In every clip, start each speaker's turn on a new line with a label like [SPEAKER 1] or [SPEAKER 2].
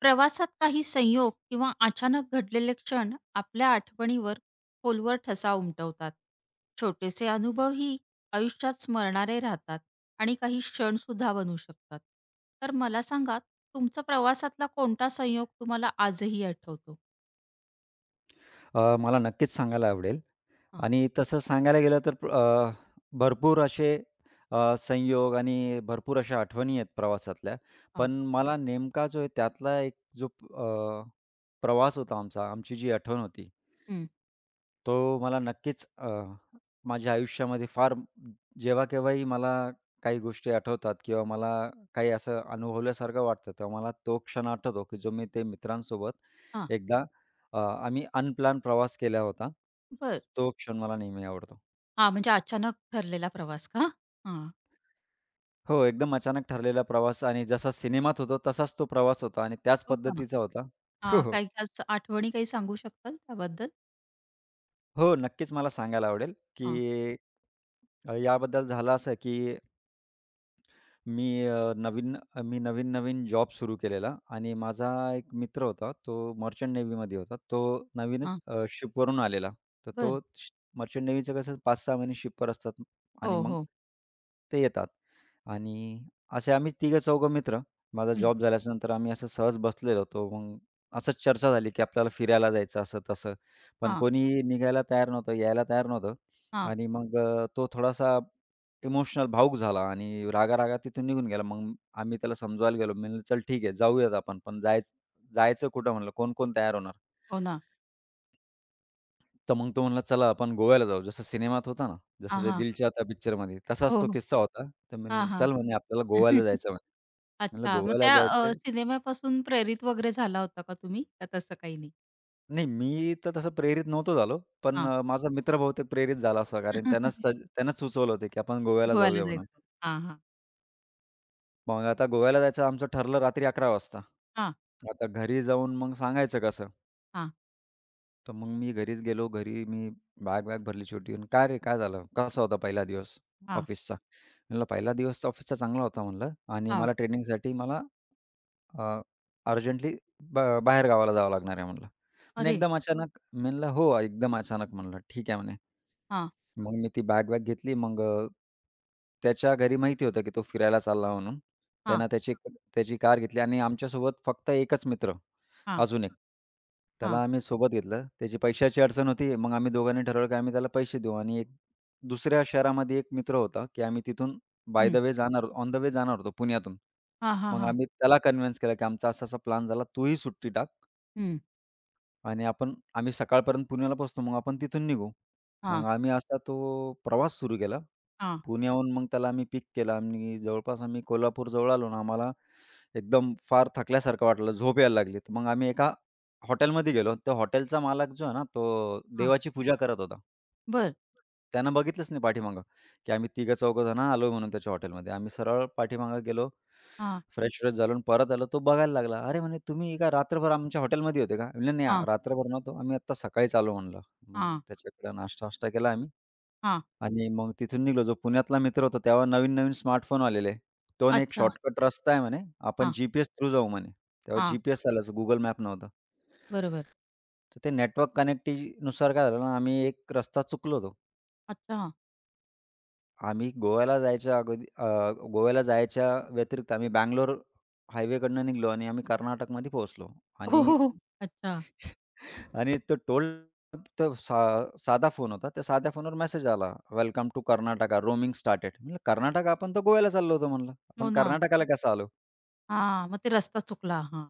[SPEAKER 1] प्रवासात काही संयोग किंवा अचानक घडलेले क्षण आपल्या आठवणीवर खोलवर ठसा उमटवतात. छोटेसे अनुभवही आयुष्यात स्मरणारे राहतात आणि काही क्षणसुद्धा बनू शकतात. तर मला सांगा, तुमचा प्रवासातला कोणता संयोग तुम्हाला आजही आठवतो?
[SPEAKER 2] मला नक्कीच सांगायला आवडेल
[SPEAKER 1] हां.
[SPEAKER 2] आणि तसं सांगायला गेलं तर भरपूर असे संयोग आणि भरपूर अशा आठवणी आहेत प्रवासातल्या.
[SPEAKER 1] हां.
[SPEAKER 2] पण मला नेमका जो आहे त्यातला एक जो प्रवास होता आमचा, आमची जी आठवण होती,
[SPEAKER 1] हं.
[SPEAKER 2] तो मला नक्कीच माझ्या आयुष्यामध्ये फार जेव्हा केव्हाही मला काही गोष्टी आठवतात किंवा मला काही असं अनुभवल्यासारखं वाटतं, तर मला तो क्षण आठवतो, की जो मी ते मित्रांसोबत
[SPEAKER 1] हां.
[SPEAKER 2] एकदा अ, आम्ही अनप्लॅन प्रवास केला होता.
[SPEAKER 1] बरं.
[SPEAKER 2] तो क्षण मला नेहमी आवडतो.
[SPEAKER 1] हां, म्हणजे अचानक ठरलेला प्रवास का? हां.
[SPEAKER 2] हो, एकदम अचानक ठरलेला प्रवास आणि जसा सिनेमात होतो तसाच तो प्रवास होता आणि त्याच
[SPEAKER 1] हो का?
[SPEAKER 2] पद्धतीचा होता. हो,
[SPEAKER 1] हां,
[SPEAKER 2] हो.
[SPEAKER 1] काही खास आठवणी काही सांगू शकाल त्याबद्दल?
[SPEAKER 2] हो, नक्कीच मला सांगायला आवडेल,
[SPEAKER 1] हां,
[SPEAKER 2] की याबद्दल झालं असं, की मी मी नवीन-नवीन जॉब सुरू केलेला आणि माझा एक मित्र होता, तो मर्चंट नेव्हीमध्ये होता. तो नवीनच
[SPEAKER 1] हां.
[SPEAKER 2] शिपवरून आलेला. तर तो
[SPEAKER 1] बरं.
[SPEAKER 2] श मर्चंट नेव्हीचं कसं 5-6 महिने शिपवर असतात आणि
[SPEAKER 1] हो,
[SPEAKER 2] मग
[SPEAKER 1] हो.
[SPEAKER 2] ते येतात. आणि असे आम्ही तिघं-चौघं मित्र. माझा
[SPEAKER 1] हं.
[SPEAKER 2] जॉब झाल्याच्या नंतर आम्ही असं सहज बसलेलो होतो. मग असंच चर्चा झाली, की आपल्याला फिरायला जायचं असं-तसं. पण
[SPEAKER 1] हां,
[SPEAKER 2] कोणी निघायला तयार नव्हतं, यायला तयार नव्हतं.
[SPEAKER 1] हां.
[SPEAKER 2] आणि मग तो थोडासा इमोशनल भावूक झाला आणि रागा-रागा तिथून निघून गेला. मग आम्ही त्याला समजवायला गेलो. मी म्हणलं, "चल ठीक आहे, जाऊयात आपण, पण जायचं जायचं कुठं?" म्हणलं, "कोण-कोण तयार होणार?"
[SPEAKER 1] हो ना.
[SPEAKER 2] तर मग तो म्हणला, "चला आपण गोव्याला जाऊ." जसं सिनेमात होता ना, जसं
[SPEAKER 1] हां,
[SPEAKER 2] ते
[SPEAKER 1] हां.
[SPEAKER 2] दिल चाहता पिक्चरमध्ये तसाच
[SPEAKER 1] हो,
[SPEAKER 2] तो
[SPEAKER 1] हो.
[SPEAKER 2] किस्सा होता. तर मी म्हणलं,
[SPEAKER 1] हां, हां.
[SPEAKER 2] "चल," म्हणे, "आपल्याला गोव्याला जायचं." म्हणे. म्हणलं,
[SPEAKER 1] अच्छा. मग
[SPEAKER 2] "गोव्याला
[SPEAKER 1] त्या
[SPEAKER 2] जायचं
[SPEAKER 1] सिनेमापासून प्रेरित वगैरे झाला होता का तुम्ही? का तसं काही नाही?
[SPEAKER 2] नाही, मी तर तसं प्रेरित नव्हतो झालो, पण
[SPEAKER 1] हां.
[SPEAKER 2] माझा मित्र बहुतेक प्रेरित झाला असा कारण त्यानंच सुचवलं होतं, की आपण गोव्याला
[SPEAKER 1] गोव्याला
[SPEAKER 2] जाऊया म्हणून.
[SPEAKER 1] जायचं. हां, हां.
[SPEAKER 2] मग आता गोव्याला जायचं आमचं ठरलं रात्री 11:00 वाजता.
[SPEAKER 1] हां,
[SPEAKER 2] आता घरी जाऊन मग सांगायचं कसं?
[SPEAKER 1] हां,
[SPEAKER 2] तर मग मी घरीच गेलो. घरी मी बॅग-वॅग भरली छोटी आणि "काय रे, काय झालं? कसा होता पहिला दिवस
[SPEAKER 1] हां,
[SPEAKER 2] ऑफिसचा?" म्हणलं, "पहिला दिवस ऑफिसचा चांगला होता," म्हणलं "आणि
[SPEAKER 1] हां.
[SPEAKER 2] मला ट्रेनिंगसाठी अ, अर्जंटली ब बाहेर गावाला जावं लागणार आहे," म्हणलं आणि
[SPEAKER 1] अरे!
[SPEAKER 2] एकदम अचानक म्हणलं "हो, एकदम अचानक," म्हणलं. "ठीक आहे," म्हणे.
[SPEAKER 1] हां,
[SPEAKER 2] मग मी ती बॅग-वॅग घेतली. मग त्याच्या घरी माहिती होतं, की तो फिरायला चालला म्हणून.
[SPEAKER 1] हां,
[SPEAKER 2] त्यानं त्याची त्याची कार घेतली आणि आमच्यासोबत फक्त एकच मित्र,
[SPEAKER 1] हां,
[SPEAKER 2] अजून एक.
[SPEAKER 1] हां.
[SPEAKER 2] त्याला आम्ही सोबत घेतलं. त्याची पैशाची अडचण होती. मग आम्ही दोघांनी ठरवलं, की आम्ही त्याला पैसे देऊ आणि एक दुसऱ्या शहरामध्ये एक मित्र होता, की आम्ही तिथून बाय द
[SPEAKER 1] हं.
[SPEAKER 2] वे जाणार ऑन द वे जाणार होतो पुण्यातून.
[SPEAKER 1] हां, हां,
[SPEAKER 2] मग
[SPEAKER 1] हां.
[SPEAKER 2] आम्ही त्याला कन्विन्स केलं, की आमचा असा-असा प्लॅन झाला, तूही सुट्टी टाक.
[SPEAKER 1] हं.
[SPEAKER 2] आणि आम्ही सकाळपर्यंत पुण्याला पोहोचतो. मग आपण तिथून निघू. मग
[SPEAKER 1] हां,
[SPEAKER 2] आम्ही असा तो प्रवास सुरू केला.
[SPEAKER 1] हां,
[SPEAKER 2] पुण्याहून मग त्याला आम्ही पिक केला आणि जवळपास आम्ही कोल्हापूरजवळ आलो ना आम्हाला एकदम फार थकल्यासारखं वाटलं, झोप यायला लागली. तर मग आम्ही एका हॉटेलमध्ये गेलो. त्या हॉटेलचा मालक जो आहे ना, तो
[SPEAKER 1] हां.
[SPEAKER 2] देवाची पूजा करत होता.
[SPEAKER 1] बरं.
[SPEAKER 2] त्यानं बघितलंच नाही पाठीमागं, की आम्ही तिघं-चौघं जण आलोय म्हणून त्याच्या हॉटेलमध्ये. आम्ही सरळ पाठीमागं गेलो.
[SPEAKER 1] हां,
[SPEAKER 2] फ्रेश-फ्रेश झालो आणि परत आलो. तो बघायला लागला. "अरे," म्हणे, "तुम्ही का रात्रभर आमच्या हॉटेलमध्ये होते का?" म्हणलं, "नाही, आ-
[SPEAKER 1] हां,
[SPEAKER 2] रात्रभर नव्हतो. आम्ही आत्ता सकाळीच आलो," म्हणलं. मग
[SPEAKER 1] हां,
[SPEAKER 2] त्याच्याकडे नाश्ता-वाष्टा केला आम्ही.
[SPEAKER 1] हां.
[SPEAKER 2] आणि मग तिथून निघालो. जो पुण्यातला मित्र होता तेव्हा नवीन-नवीन स्मार्टफोन आलेले. तो म्हणे, "एक
[SPEAKER 1] अच्छा.
[SPEAKER 2] शॉर्टकट रस्ता आहे म्हणे, आपण
[SPEAKER 1] हां,
[SPEAKER 2] जी-पी-एस थ्रू जाऊ" म्हणे. तेव्हा
[SPEAKER 1] हां.
[SPEAKER 2] जी-पी-एस आलाच Google मॅप नव्हता.
[SPEAKER 1] बरोबर.
[SPEAKER 2] तर ते नेटवर्क कनेक्टिनुसार काय झालं ना, आम्ही एक रस्ता चुकलो होतो.
[SPEAKER 1] अच्छा.
[SPEAKER 2] आम्ही गोव्याला जायच्या अगोदी अ, गोव्याला जायच्या व्यतिरिक्त आम्ही बंगलोर हायवेकडनं निघालो आणि आम्ही कर्नाटकमध्ये पोहोचलो
[SPEAKER 1] हो,
[SPEAKER 2] आणि
[SPEAKER 1] हो, हो. अच्छा.
[SPEAKER 2] आणि तो टोल तर सा साधा फोन होता. त्या साध्या फोनवर मेसेज आला, "welcome to Karnataka. Roaming started." म्हणलं, "कर्नाटका? आपण तर गोव्याला चाललो होतो." म्हणलं.
[SPEAKER 1] हो
[SPEAKER 2] "आपण
[SPEAKER 1] ना.
[SPEAKER 2] कर्नाटकाला कसं आलो?"
[SPEAKER 1] हां, मग ते रस्ता चुकला. हां.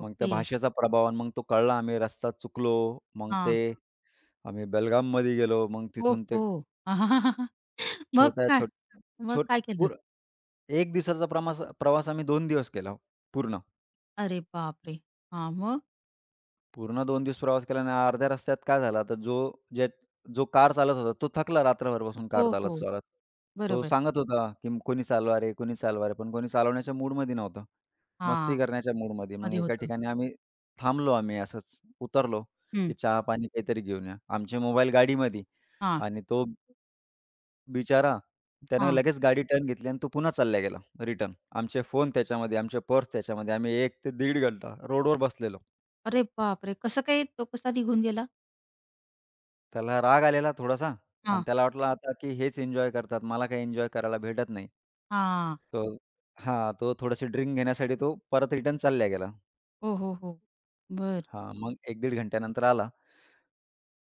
[SPEAKER 2] मग त्या
[SPEAKER 1] ओके.
[SPEAKER 2] भाषेचा प्रभाव आणि मग तो कळला. आम्ही रस्ता चुकलो. मग ते
[SPEAKER 1] हां.
[SPEAKER 2] आम्ही बेलगाममध्ये गेलो. मग
[SPEAKER 1] हो,
[SPEAKER 2] तिथून ते
[SPEAKER 1] हो. मग
[SPEAKER 2] छोट्या
[SPEAKER 1] काय?
[SPEAKER 2] छोट
[SPEAKER 1] मग
[SPEAKER 2] छोट
[SPEAKER 1] काय केलं?
[SPEAKER 2] पूर 1 दिवसाचा प्रवास प्रवास आम्ही 2 दिवस केला हो, पूर्ण.
[SPEAKER 1] अरे बापरे! हां, मग?
[SPEAKER 2] पूर्ण 2 दिवस प्रवास केला आणि अर्ध्या रस्त्यात काय झालं, तर ज्या जो कार चालत होता, तो थकला रात्रभर बसून
[SPEAKER 1] हो,
[SPEAKER 2] कार
[SPEAKER 1] हो.
[SPEAKER 2] चालत-चालत. तो
[SPEAKER 1] बरोबर.
[SPEAKER 2] सांगत होता, की "कोणी चालवा रे, कोणी चालवा रे." पण कोणी चालवण्याच्या मूडमध्ये नव्हतं. मस्ती
[SPEAKER 1] हां,
[SPEAKER 2] करण्याच्या मूडमध्ये. मग
[SPEAKER 1] मध्ये
[SPEAKER 2] एका
[SPEAKER 1] होतं.
[SPEAKER 2] ठिकाणी आम्ही थांबलो, असंच उतरलो,
[SPEAKER 1] हं.
[SPEAKER 2] की चहा-पाणी काहीतरी घेऊन या. आमचे मोबाईल गाडीमध्ये
[SPEAKER 1] हां,
[SPEAKER 2] आणि तो बिचारा त्यानं
[SPEAKER 1] हां.
[SPEAKER 2] लगेच गाडी टर्न घेतली आणि तो पुन्हा चालला गेला रिटर्न. आमचे फोन त्याच्यामध्ये, आमचे पर्स त्याच्यामध्ये. आम्ही 1 ते दीड घंटा रोडवर बसलेलो.
[SPEAKER 1] अरे बापरे! कसं काय तो कसा निघून गेला?
[SPEAKER 2] त्याला राग आलेला थोडासा आणि
[SPEAKER 1] हां,
[SPEAKER 2] त्याला वाटलं आता की हेच एन्जॉय करतात, मला काही एन्जॉय करायला भेटत नाही.
[SPEAKER 1] हां.
[SPEAKER 2] तो हां, तो थोडीशी ड्रिंक घेण्यासाठी तो परत रिटर्न चालल्या गेला.
[SPEAKER 1] हो, हो, हो. बरं.
[SPEAKER 2] हां, मग 1-1.5 घंट्यानंतर आला.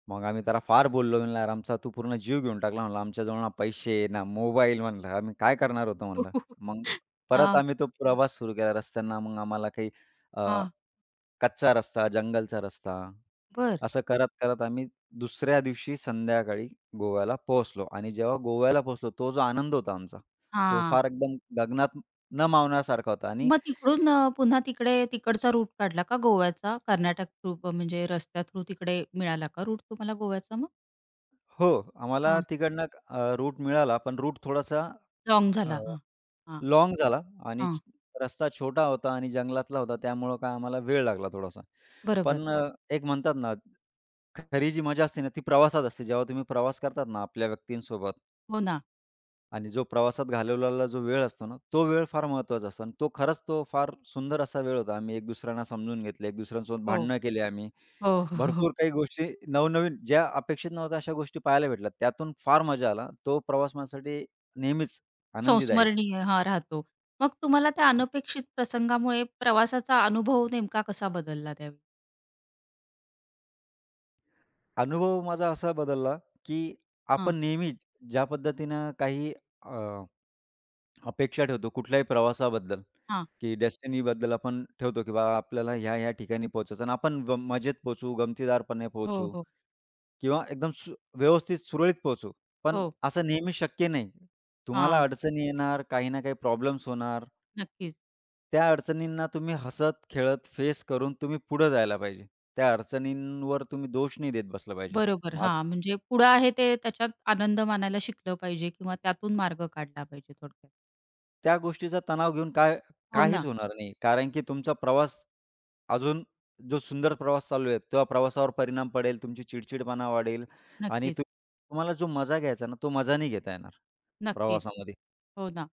[SPEAKER 2] मग आम्ही त्याला फार बोललो म्हणलं, "यार आमचा तू पूर्ण जीव घेऊन टाकला." म्हणलं, "आमच्याजवळ ना पैसे, ना मोबाईल." म्हणलं, "आम्ही काय करणार होतो?" म्हणलं. मग परत
[SPEAKER 1] हां,
[SPEAKER 2] आम्ही तो प्रवास सुरू केला रस्त्यांना. मग आम्हाला काही अ,
[SPEAKER 1] हां.
[SPEAKER 2] कच्चा रस्ता, जंगलचा रस्ता
[SPEAKER 1] बरं.
[SPEAKER 2] असं करत-करत आम्ही दुसऱ्या दिवशी संध्याकाळी गोव्याला पोहोचलो आणि जेव्हा गोव्याला पोहोचलो, तो जो आनंद होता आमचा, तो
[SPEAKER 1] हां.
[SPEAKER 2] फार एकदम गगनात न मावण्यासारखा होता आणि
[SPEAKER 1] मग तिकडून पुन्हा तिकडे तिकडचा रूट काढला का गोव्याचा? कर्नाटक थ्रू म्हणजे रस्त्या थ्रू तिकडे मिळाला का रूट तुम्हाला गोव्याचा मग?
[SPEAKER 2] हो, आम्हाला
[SPEAKER 1] हां,
[SPEAKER 2] तिकडनं रूट मिळाला, पण रूट थोडासा
[SPEAKER 1] लाँग झाला. हां,
[SPEAKER 2] लॉंग
[SPEAKER 1] हां,
[SPEAKER 2] लाँग झाला आणि
[SPEAKER 1] हां.
[SPEAKER 2] रस्ता छोटा होता आणि जंगलातला होता, त्यामुळं काय आम्हाला वेळ लागला थोडासा.
[SPEAKER 1] बरोबर.
[SPEAKER 2] पण एक म्हणतात ना, खरी जी मजा असते ना, ती प्रवासात असते. जेव्हा तुम्ही प्रवास करतात ना आपल्या व्यक्तींसोबत
[SPEAKER 1] हो ना.
[SPEAKER 2] आणि जो प्रवासात घालवलेला जो वेळ असतो ना, तो वेळ फार महत्त्वाचा असतो आणि तो खरंच तो फार सुंदर असा वेळ होता. आम्ही एक दुसऱ्यांना समजून घेतलं, एक दुसऱ्यांसोबत
[SPEAKER 1] हो.
[SPEAKER 2] भांडणं केली आम्ही.
[SPEAKER 1] हो, हो, हो.
[SPEAKER 2] भरपूर काही गोष्टी नवनवीन ज्या अपेक्षित नव्हत्या अशा गोष्टी पाहायला भेटल्या. त्यातून फार मजा आला. तो प्रवास माझ्यासाठी नेहमीच आनंदीदायक.
[SPEAKER 1] संस्मरणीय हा राहतो. मग तुम्हाला त्या अनपेक्षित प्रसंगामुळे प्रवासाचा अनुभव नेमका कसा बदलला त्यावेळी?
[SPEAKER 2] अनुभव माझा असा बदलला, की
[SPEAKER 1] हां,
[SPEAKER 2] आपण नेहमीच ज्या पद्धतीनं काही अपेक्षा ठेवतो कुठल्याही प्रवासाबद्दल,
[SPEAKER 1] हां.
[SPEAKER 2] की डेस्टिनीबद्दल आपण ठेवतो, की बाबा आपल्याला ह्या-ह्या ठिकाणी पोहोचायचं आणि आपण ग मजेत पोहोचू, गमतीदारपणे
[SPEAKER 1] हो,
[SPEAKER 2] पोहोचू
[SPEAKER 1] हो.
[SPEAKER 2] किंवा एकदम सु व्यवस्थित सुरळीत पोहोचू. पण
[SPEAKER 1] हो.
[SPEAKER 2] असं नेहमी शक्य नाही. तुम्हाला
[SPEAKER 1] हां,
[SPEAKER 2] अडचणी येणार, काही ना काही प्रॉब्लेम्स होणार.
[SPEAKER 1] नक्कीच.
[SPEAKER 2] त्या अडचणींना तुम्ही हसत-खेळत फेस करून तुम्ही पुढे जायला पाहिजे. त्या अडचणींवर तुम्ही दोष नाही देत बसला पाहिजे.
[SPEAKER 1] बरोबर. हां, म्हणजे पुढं आहे ते त्याच्यात आनंद मानायला शिकलं पाहिजे किंवा त्यातून मार्ग काढला पाहिजे थोडक्यात.
[SPEAKER 2] त्या गोष्टीचा तणाव घेऊन
[SPEAKER 1] हो
[SPEAKER 2] काहीच
[SPEAKER 1] ना,
[SPEAKER 2] होणार नाही. कारण की तुमचा प्रवास अजून जो सुंदर प्रवास चालू आहे, त्या प्रवासावर परिणाम पडेल, तुमची चिडचिडपणा वाढेल आणि
[SPEAKER 1] नक्कीच.
[SPEAKER 2] तुम्हाला जो मजा घ्यायचा ना, तो मजा नाही घेता येणार
[SPEAKER 1] नक्कीच.
[SPEAKER 2] प्रवासामध्ये.
[SPEAKER 1] हो ना.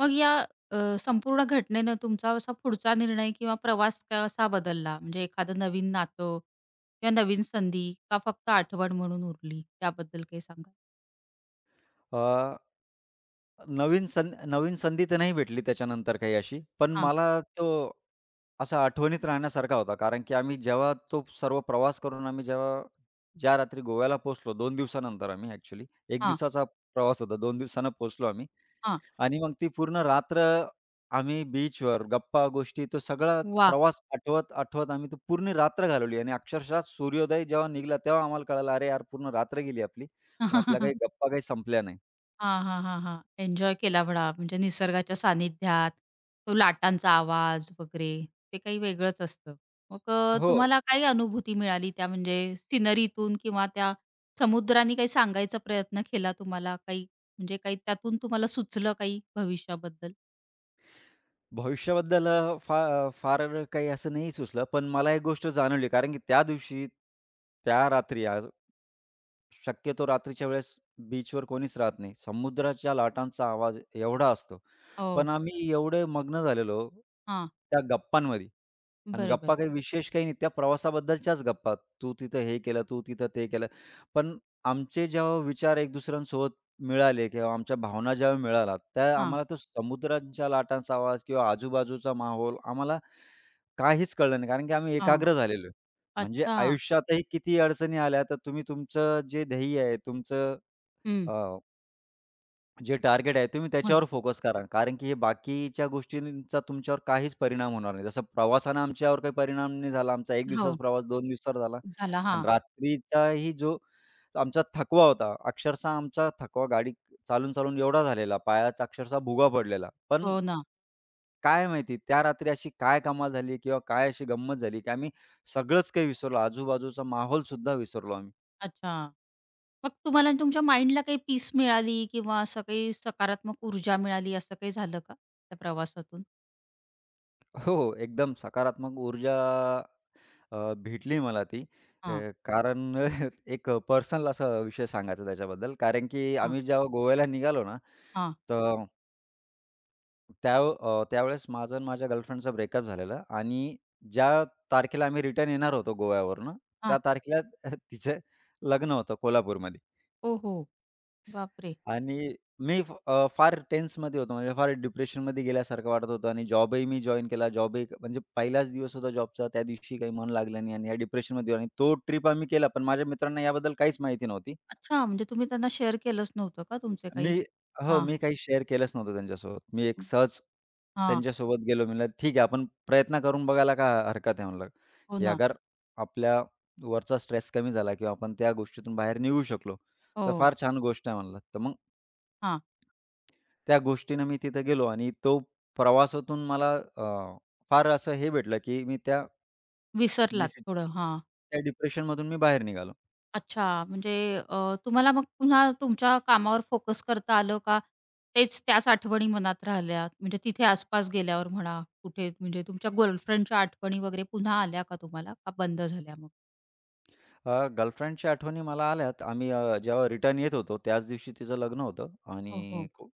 [SPEAKER 1] मग या संपूर्ण घटनेनं तुमचा असा पुढचा निर्णय किंवा प्रवास कसा बदलला? म्हणजे एखादं नवीन नातं किंवा नवीन संधी का फक्त आठवण म्हणून उरली? त्याबद्दल काही सांगाल?
[SPEAKER 2] अ, नवीन सं नवीन संधी तर नाही भेटली त्याच्यानंतर काही अशी. पण
[SPEAKER 1] हां,
[SPEAKER 2] मला तो असा आठवणीत राहण्यासारखा होता. कारण की आम्ही जेव्हा तो सर्व प्रवास करून आम्ही जेव्हा ज्या रात्री गोव्याला पोहोचलो 2 दिवसानंतर आम्ही ॲक्चुअली 1
[SPEAKER 1] हां,
[SPEAKER 2] दिवसाचा प्रवास होता. 2 दिवसांनी पोहोचलो आम्ही.
[SPEAKER 1] हां.
[SPEAKER 2] आणि मग ती पूर्ण रात्र आम्ही बीचवर गप्पा-गोष्टी तो सगळा
[SPEAKER 1] वाह!
[SPEAKER 2] प्रवास आठवत, आठवत आम्ही तो पूर्ण रात्र घालवली आणि अक्षरशः सूर्योदय जेव्हा निघाला तेव्हा आम्हाला कळालं, "अरे यार पूर्ण रात्र गेली आपली." पण आपल्या काही गप्पा काही संपल्या नाही.
[SPEAKER 1] हा हा हा हां. एन्जॉय केला म्हणा, म्हणजे निसर्गाच्या सानिध्यात, तो लाटांचा आवाज वगैरे ते काही वेगळंच असतं. मग
[SPEAKER 2] हो.
[SPEAKER 1] तुम्हाला काय अनुभूती मिळाली त्या म्हणजे सिनरीतून किंवा त्या समुद्राने काही सांगायचा प्रयत्न केला तुम्हाला? काही म्हणजे काही त्यातून तुम्हाला सुचलं काही भविष्याबद्दल?
[SPEAKER 2] भविष्याबद्दल अ, फा फार काही असं नाही सुचलं, पण मला एक गोष्ट जाणवली कारण की त्या दिवशी, त्या रात्री आज शक्यतो रात्रीच्या वेळेस बीचवर कोणीच राहत नाही. समुद्राच्या लाटांचा आवाज एवढा असतो. पण
[SPEAKER 1] हो.
[SPEAKER 2] आम्ही एवढे मग्न झालेलो
[SPEAKER 1] हां.
[SPEAKER 2] त्या गप्पांमध्ये आणि
[SPEAKER 1] बरोबर.
[SPEAKER 2] गप्पा काही विशेष काही नाही. त्या प्रवासाबद्दलच्याच गप्पा. तू तिथं हे केलं, तू तिथं ते केलं. पण आमचे जेव्हा विचार एक दुसऱ्यांसोबत मिळाले किंवा आमच्या भावना जेव्हा मिळाल्या, त्या
[SPEAKER 1] हां,
[SPEAKER 2] आम्हाला तो समुद्रांच्या लाटांचा आवाज किंवा आजूबाजूचा माहोल आम्हाला काहीच कळलं नाही. कारण की आम्ही
[SPEAKER 1] हां.
[SPEAKER 2] एकाग्र झालेलो आहे. म्हणजे
[SPEAKER 1] अच्छा.
[SPEAKER 2] आयुष्यातही किती अडचणी आल्या, तर तुम्ही तुमचं जे ध्येय आहे, तुमचं
[SPEAKER 1] हं.
[SPEAKER 2] अ जे टार्गेट आहे तुम्ही
[SPEAKER 1] मग
[SPEAKER 2] त्याच्यावर फोकस करा. कारण की हे बाकीच्या गोष्टींचा तुमच्यावर काहीच परिणाम होणार नाही. जसं प्रवासानं आमच्यावर काही परिणाम नाही झाला. आमचा 1 दिवसाचा
[SPEAKER 1] हो.
[SPEAKER 2] प्रवास 2 दिवसावर झाला
[SPEAKER 1] झाला.
[SPEAKER 2] आणि
[SPEAKER 1] हां.
[SPEAKER 2] रात्रीचाही जो आमचा थकवा होता, अक्षरशः आमचा थकवा गाडी चालून, चालून एवढा झालेला, पायाचा अक्षरशः भुगा पडलेला. पण
[SPEAKER 1] हो ना.
[SPEAKER 2] काय माहिती त्या रात्री अशी काय कमाल झाली किंवा काय अशी गंमत झाली, की आम्ही सगळंच काही विसरलो. आजूबाजूचा माहोलसुद्धा विसरलो आम्ही.
[SPEAKER 1] अच्छा. मग तुम्हाला तुमच्या माइंडला काही पीस मिळाली किंवा असं काही सकारात्मक ऊर्जा मिळाली, असं काही झालं का त्या प्रवासातून?
[SPEAKER 2] हो, हो, एकदम सकारात्मक ऊर्जा भेटली मला ती. अ,
[SPEAKER 1] हां,
[SPEAKER 2] कारण एक पर्सनल असा विषय सांगायचा त्याच्याबद्दल. कारण की
[SPEAKER 1] हां,
[SPEAKER 2] आम्ही जेव्हा गोव्याला निघालो ना,
[SPEAKER 1] हां,
[SPEAKER 2] तर त्यावेळेस माझं आणि माझ्या गर्लफ्रेंडचा ब्रेकअप झालेला आणि ज्या तारखेला आम्ही रिटर्न येणार होतो गोव्यावरनं,
[SPEAKER 1] हां.
[SPEAKER 2] त्या तारखेला तिचं लग्न होतं कोल्हापूरमध्ये.
[SPEAKER 1] हो, हो. बापरे!
[SPEAKER 2] आणि मी फार टेन्समध्ये होतो. म्हणजे फार डिप्रेशनमध्ये गेल्यासारखं वाटत होतं आणि जॉबही मी जॉइन केला. म्हणजे पहिलाच दिवस होता जॉबचा. त्या दिवशी काही मन लागलं नाही आणि या डिप्रेशनमध्ये आणि तो ट्रिप आम्ही केला. पण माझ्या मित्रांना याबद्दल काहीच माहिती नव्हती.
[SPEAKER 1] अच्छा, म्हणजे तुम्ही त्यांना शेअर केलंच नव्हतं का तुमचे काही?
[SPEAKER 2] मी हो,
[SPEAKER 1] हां,
[SPEAKER 2] मी काही शेअर केलंच नव्हतं त्यांच्यासोबत. मी एक सहज
[SPEAKER 1] हां.
[SPEAKER 2] त्यांच्यासोबत गेलो. म्हणलं, "ठीक आहे, आपण प्रयत्न करून बघायला काय हरकत आहे?" म्हणलं,
[SPEAKER 1] हो
[SPEAKER 2] की
[SPEAKER 1] ना.
[SPEAKER 2] अगर आपल्या वरचा स्ट्रेस कमी झाला किंवा आपण त्या गोष्टीतून बाहेर निघू शकलो, तर
[SPEAKER 1] हो.
[SPEAKER 2] फार छान गोष्ट आहे म्हणलं. तर मग
[SPEAKER 1] हां.
[SPEAKER 2] त्या गोष्टीनं मी तिथे गेलो आणि तो प्रवासातून मला फार असं हे भेटलं, की मी त्या जी
[SPEAKER 1] विसरलात
[SPEAKER 2] सि
[SPEAKER 1] थोडं. हां.
[SPEAKER 2] त्या डिप्रेशनमधून मी बाहेर निघालो.
[SPEAKER 1] अच्छा, म्हणजे तुम्हाला मग पुन्हा तुमच्या कामावर फोकस करता आलं का? तेच त्याच आठवणी मनात राहिल्या? म्हणजे तिथे आसपास गेल्यावर म्हणा, कुठे म्हणजे तुमच्या गर्लफ्रेंडच्या आठवणी वगैरे पुन्हा आल्या का तुम्हाला? का बंद झाल्या मग?
[SPEAKER 2] गर्लफ्रेंडच्या आठवणी मला आल्यात. आम्ही जेव्हा रिटर्न येत होतो, त्याच दिवशी तिचं लग्न होतं
[SPEAKER 1] हो,
[SPEAKER 2] आणि
[SPEAKER 1] हो.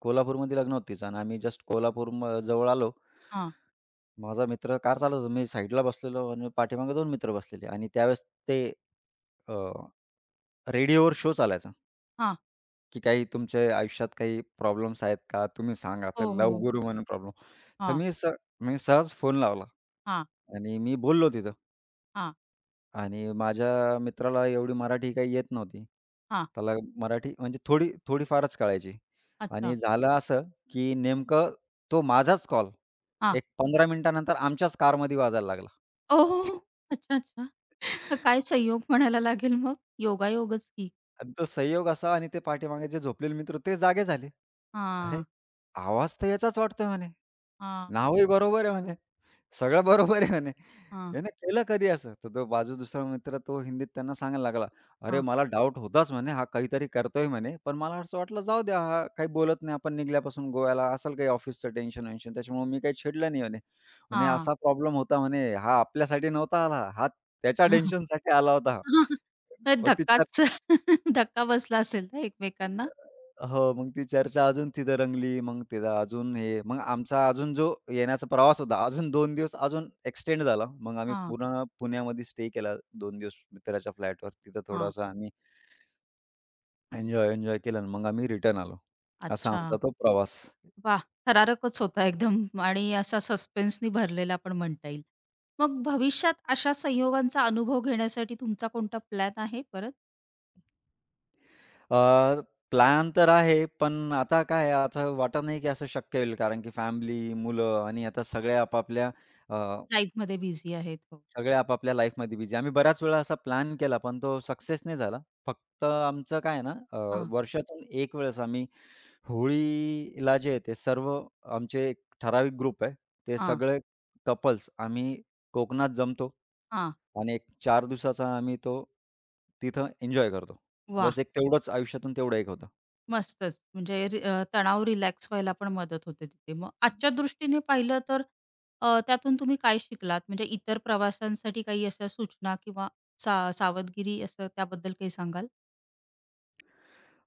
[SPEAKER 2] कोल्हापूरमध्ये लग्न होतं तिचं आणि आम्ही जस्ट कोल्हापूर जवळ आलो.
[SPEAKER 1] हां,
[SPEAKER 2] माझा मित्र कार चालवतो. मी साईडला बसलेलो आणि पाठीमागे 2 मित्र बसलेले आणि त्यावेळेस ते रेडिओवर शो चालायचा.
[SPEAKER 1] हां.
[SPEAKER 2] की काही तुमच्या आयुष्यात काही प्रॉब्लेम्स आहेत का? तुम्ही सांगा. तर
[SPEAKER 1] हो,
[SPEAKER 2] लव्ह
[SPEAKER 1] हो.
[SPEAKER 2] गुरू म्हणून प्रॉब्लेम. तर
[SPEAKER 1] हां,
[SPEAKER 2] मी स मी सहज फोन लावला
[SPEAKER 1] हां,
[SPEAKER 2] आणि मी बोललो तिथं
[SPEAKER 1] हां,
[SPEAKER 2] आणि माझ्या मित्राला एवढी मराठी काही येत नव्हती.
[SPEAKER 1] हां.
[SPEAKER 2] त्याला मराठी म्हणजे थोडी थोडीफारच कळायची आणि
[SPEAKER 1] अच्छा,
[SPEAKER 2] झालं असं, की नेमकं तो माझाच कॉल
[SPEAKER 1] हां.
[SPEAKER 2] एक 15 मिनिटानंतर आमच्याच कारमध्ये वाजायला लागला
[SPEAKER 1] ओह! अच्छा, अच्छा. काय संयोग म्हणायला लागेल मग? योगायोगच की.
[SPEAKER 2] आणि तो संयोग असा आणि ते पाठीमागे जे झोपलेले मित्र ते जागे झाले. "अरे,
[SPEAKER 1] हां,
[SPEAKER 2] आवाज तर याचाच वाटतोय" म्हणे.
[SPEAKER 1] हां,
[SPEAKER 2] "नावही बरोबर आहे" म्हणे. सगळं बरोबर आहे म्हणे.
[SPEAKER 1] हां,
[SPEAKER 2] याने केलं कधी असं? तर तो बाजू दुसरा मित्र तो हिंदीत त्यांना सांगायला लागला, "अरे,
[SPEAKER 1] हां,
[SPEAKER 2] मला डाउट होताच म्हणे, हा काहीतरी करतोय म्हणे, पण मला असं वाटलं जाऊ द्या, हा काही बोलत नाही. आपण निघाल्यापासून गोव्याला असेल काही ऑफिसचं टेन्शन-वेन्शन, त्याच्यामुळे मी काही छेडलं नाही म्हणे." म्हणे,
[SPEAKER 1] हां.
[SPEAKER 2] "असा प्रॉब्लेम होता म्हणे, हा आपल्यासाठी नव्हता आला, हा त्याच्या टेन्शनसाठी आला होता." मग ती
[SPEAKER 1] धक्काच धक्का बसला असेल ना एकमेकांना?
[SPEAKER 2] हो, मग ती चर्चा अजून तिथं रंगली. मग तिथं अजून हे, मग आमचा अजून जो येण्याचा प्रवास होता, अजून 2 दिवस अजून एक्सटेंड झाला. मग आम्ही
[SPEAKER 1] हां,
[SPEAKER 2] पुन्हा पुण्यामध्ये स्टे केला 2 दिवस मित्राच्या फ्लॅटवर. तिथं
[SPEAKER 1] हां.
[SPEAKER 2] थोडासा आम्ही एन्जॉय केला आणि मग आम्ही रिटर्न आलो. असा
[SPEAKER 1] अच्छा.
[SPEAKER 2] आमचा तो प्रवास.
[SPEAKER 1] वाह! थरारकच होता एकदम आणि असा सस्पेन्सनी भरलेला पण म्हणता येईल. मग भविष्यात अशा संयोगांचा अनुभव घेण्यासाठी तुमचा कोणता प्लॅन आहे परत?
[SPEAKER 2] अ, प्लॅन तर आहे, पण आता काय आता वाटत नाही की असं शक्य होईल कारण की फॅमिली, मुलं आणि आता
[SPEAKER 1] लाईफमध्ये बिझी आहेत हो.
[SPEAKER 2] सगळे आपापल्या लाईफमध्ये बिझी. आम्ही बऱ्याच वेळा असा प्लॅन केला, पण तो सक्सेस नाही झाला. फक्त आमचं काय आहे ना,
[SPEAKER 1] हां,
[SPEAKER 2] वर्षातून 1 वेळेस आम्ही होळीला जे आहे ते सर्व आमचे एक ठराविक ग्रुप आहे. ते
[SPEAKER 1] हां,
[SPEAKER 2] सगळे कपल्स आम्ही कोकणात जमतो
[SPEAKER 1] हां.
[SPEAKER 2] आणि एक चार दिवसाचा आम्ही तो तिथं एन्जॉय करतो. बस
[SPEAKER 1] वाह!
[SPEAKER 2] एक तेवढंच आयुष्यातून तेवढं एक होतं.
[SPEAKER 1] मस्तच. म्हणजे तणाव रिलॅक्स व्हायला पण मदत होते तिथे. मग आजच्या दृष्टीने पाहिलं तर त्यातून तुम्ही काय शिकलात? म्हणजे इतर प्रवाशांसाठी काही अशा सूचना किंवा सावधगिरी असं त्याबद्दल काही सांगाल?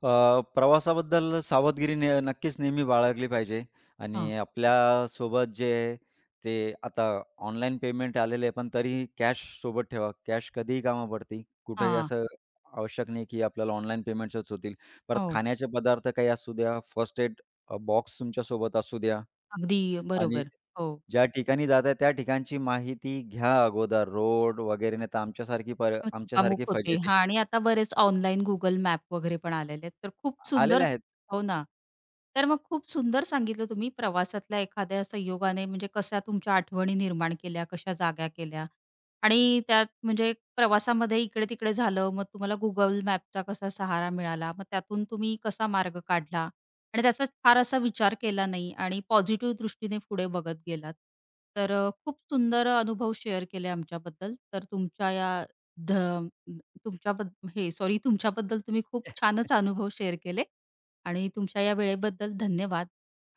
[SPEAKER 2] प्रवासाबद्दल सावधगिरी ने नक्कीच नेहमी बाळगली पाहिजे
[SPEAKER 1] हां,
[SPEAKER 2] आणि आपल्यासोबत जे आहे ते आता ऑनलाईन पेमेंट आलेले आहे, पण तरीही कॅश सोबत ठेवा. कॅश कधीही कामा पडते. कुठेही
[SPEAKER 1] हां.
[SPEAKER 2] असं आवश्यक नाही, की आपल्याला ऑनलाईन पेमेंट्सच होतील. परत
[SPEAKER 1] हो.
[SPEAKER 2] खाण्याचे पदार्थ काही असू द्या, फर्स्ट एड बॉक्स तुमच्यासोबत असू द्या
[SPEAKER 1] अगदी
[SPEAKER 2] आणि
[SPEAKER 1] बरोबर. हो.
[SPEAKER 2] ज्या ठिकाणी जात आहे त्या ठिकाणची माहिती घ्या अगोदर. रोड वगैरे नाही तर
[SPEAKER 1] मग चुकामुक
[SPEAKER 2] आमच्यासारखी
[SPEAKER 1] होते.
[SPEAKER 2] फजिती
[SPEAKER 1] हां आणि आता बरेच ऑनलाईन Google मॅप वगैरे पण आलेले आहेत. तर खूप सुंदर
[SPEAKER 2] आलेले आहेत.
[SPEAKER 1] हो ना. तर मग खूप सुंदर सांगितलं तुम्ही प्रवासातल्या एखाद्या संयोगाने म्हणजे कशा तुमच्या आठवणी निर्माण केल्या, कशा जाग्या केल्या आणि त्यात म्हणजे प्रवासामध्ये इकडे-तिकडे झालं, मग तुम्हाला Google मॅपचा कसा सहारा मिळाला, मग त्यातून तुम्ही कसा मार्ग काढला आणि त्याचा फार असा विचार केला नाही आणि पॉझिटिव्ह दृष्टीने पुढे बघत गेलात. तर खूप सुंदर अनुभव शेअर केले आमच्याबद्दल. तर तुमच्या या ध तुमच्याबद्द हे सॉरी तुमच्याबद्दल तुम्ही खूप छानच अनुभव शेअर केले आणि तुमच्या या वेळेबद्दल धन्यवाद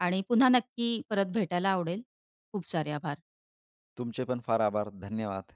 [SPEAKER 1] आणि पुन्हा नक्की परत भेटायला आवडेल. खूप सारे आभार.
[SPEAKER 2] तुमचे पण फार आभार. धन्यवाद.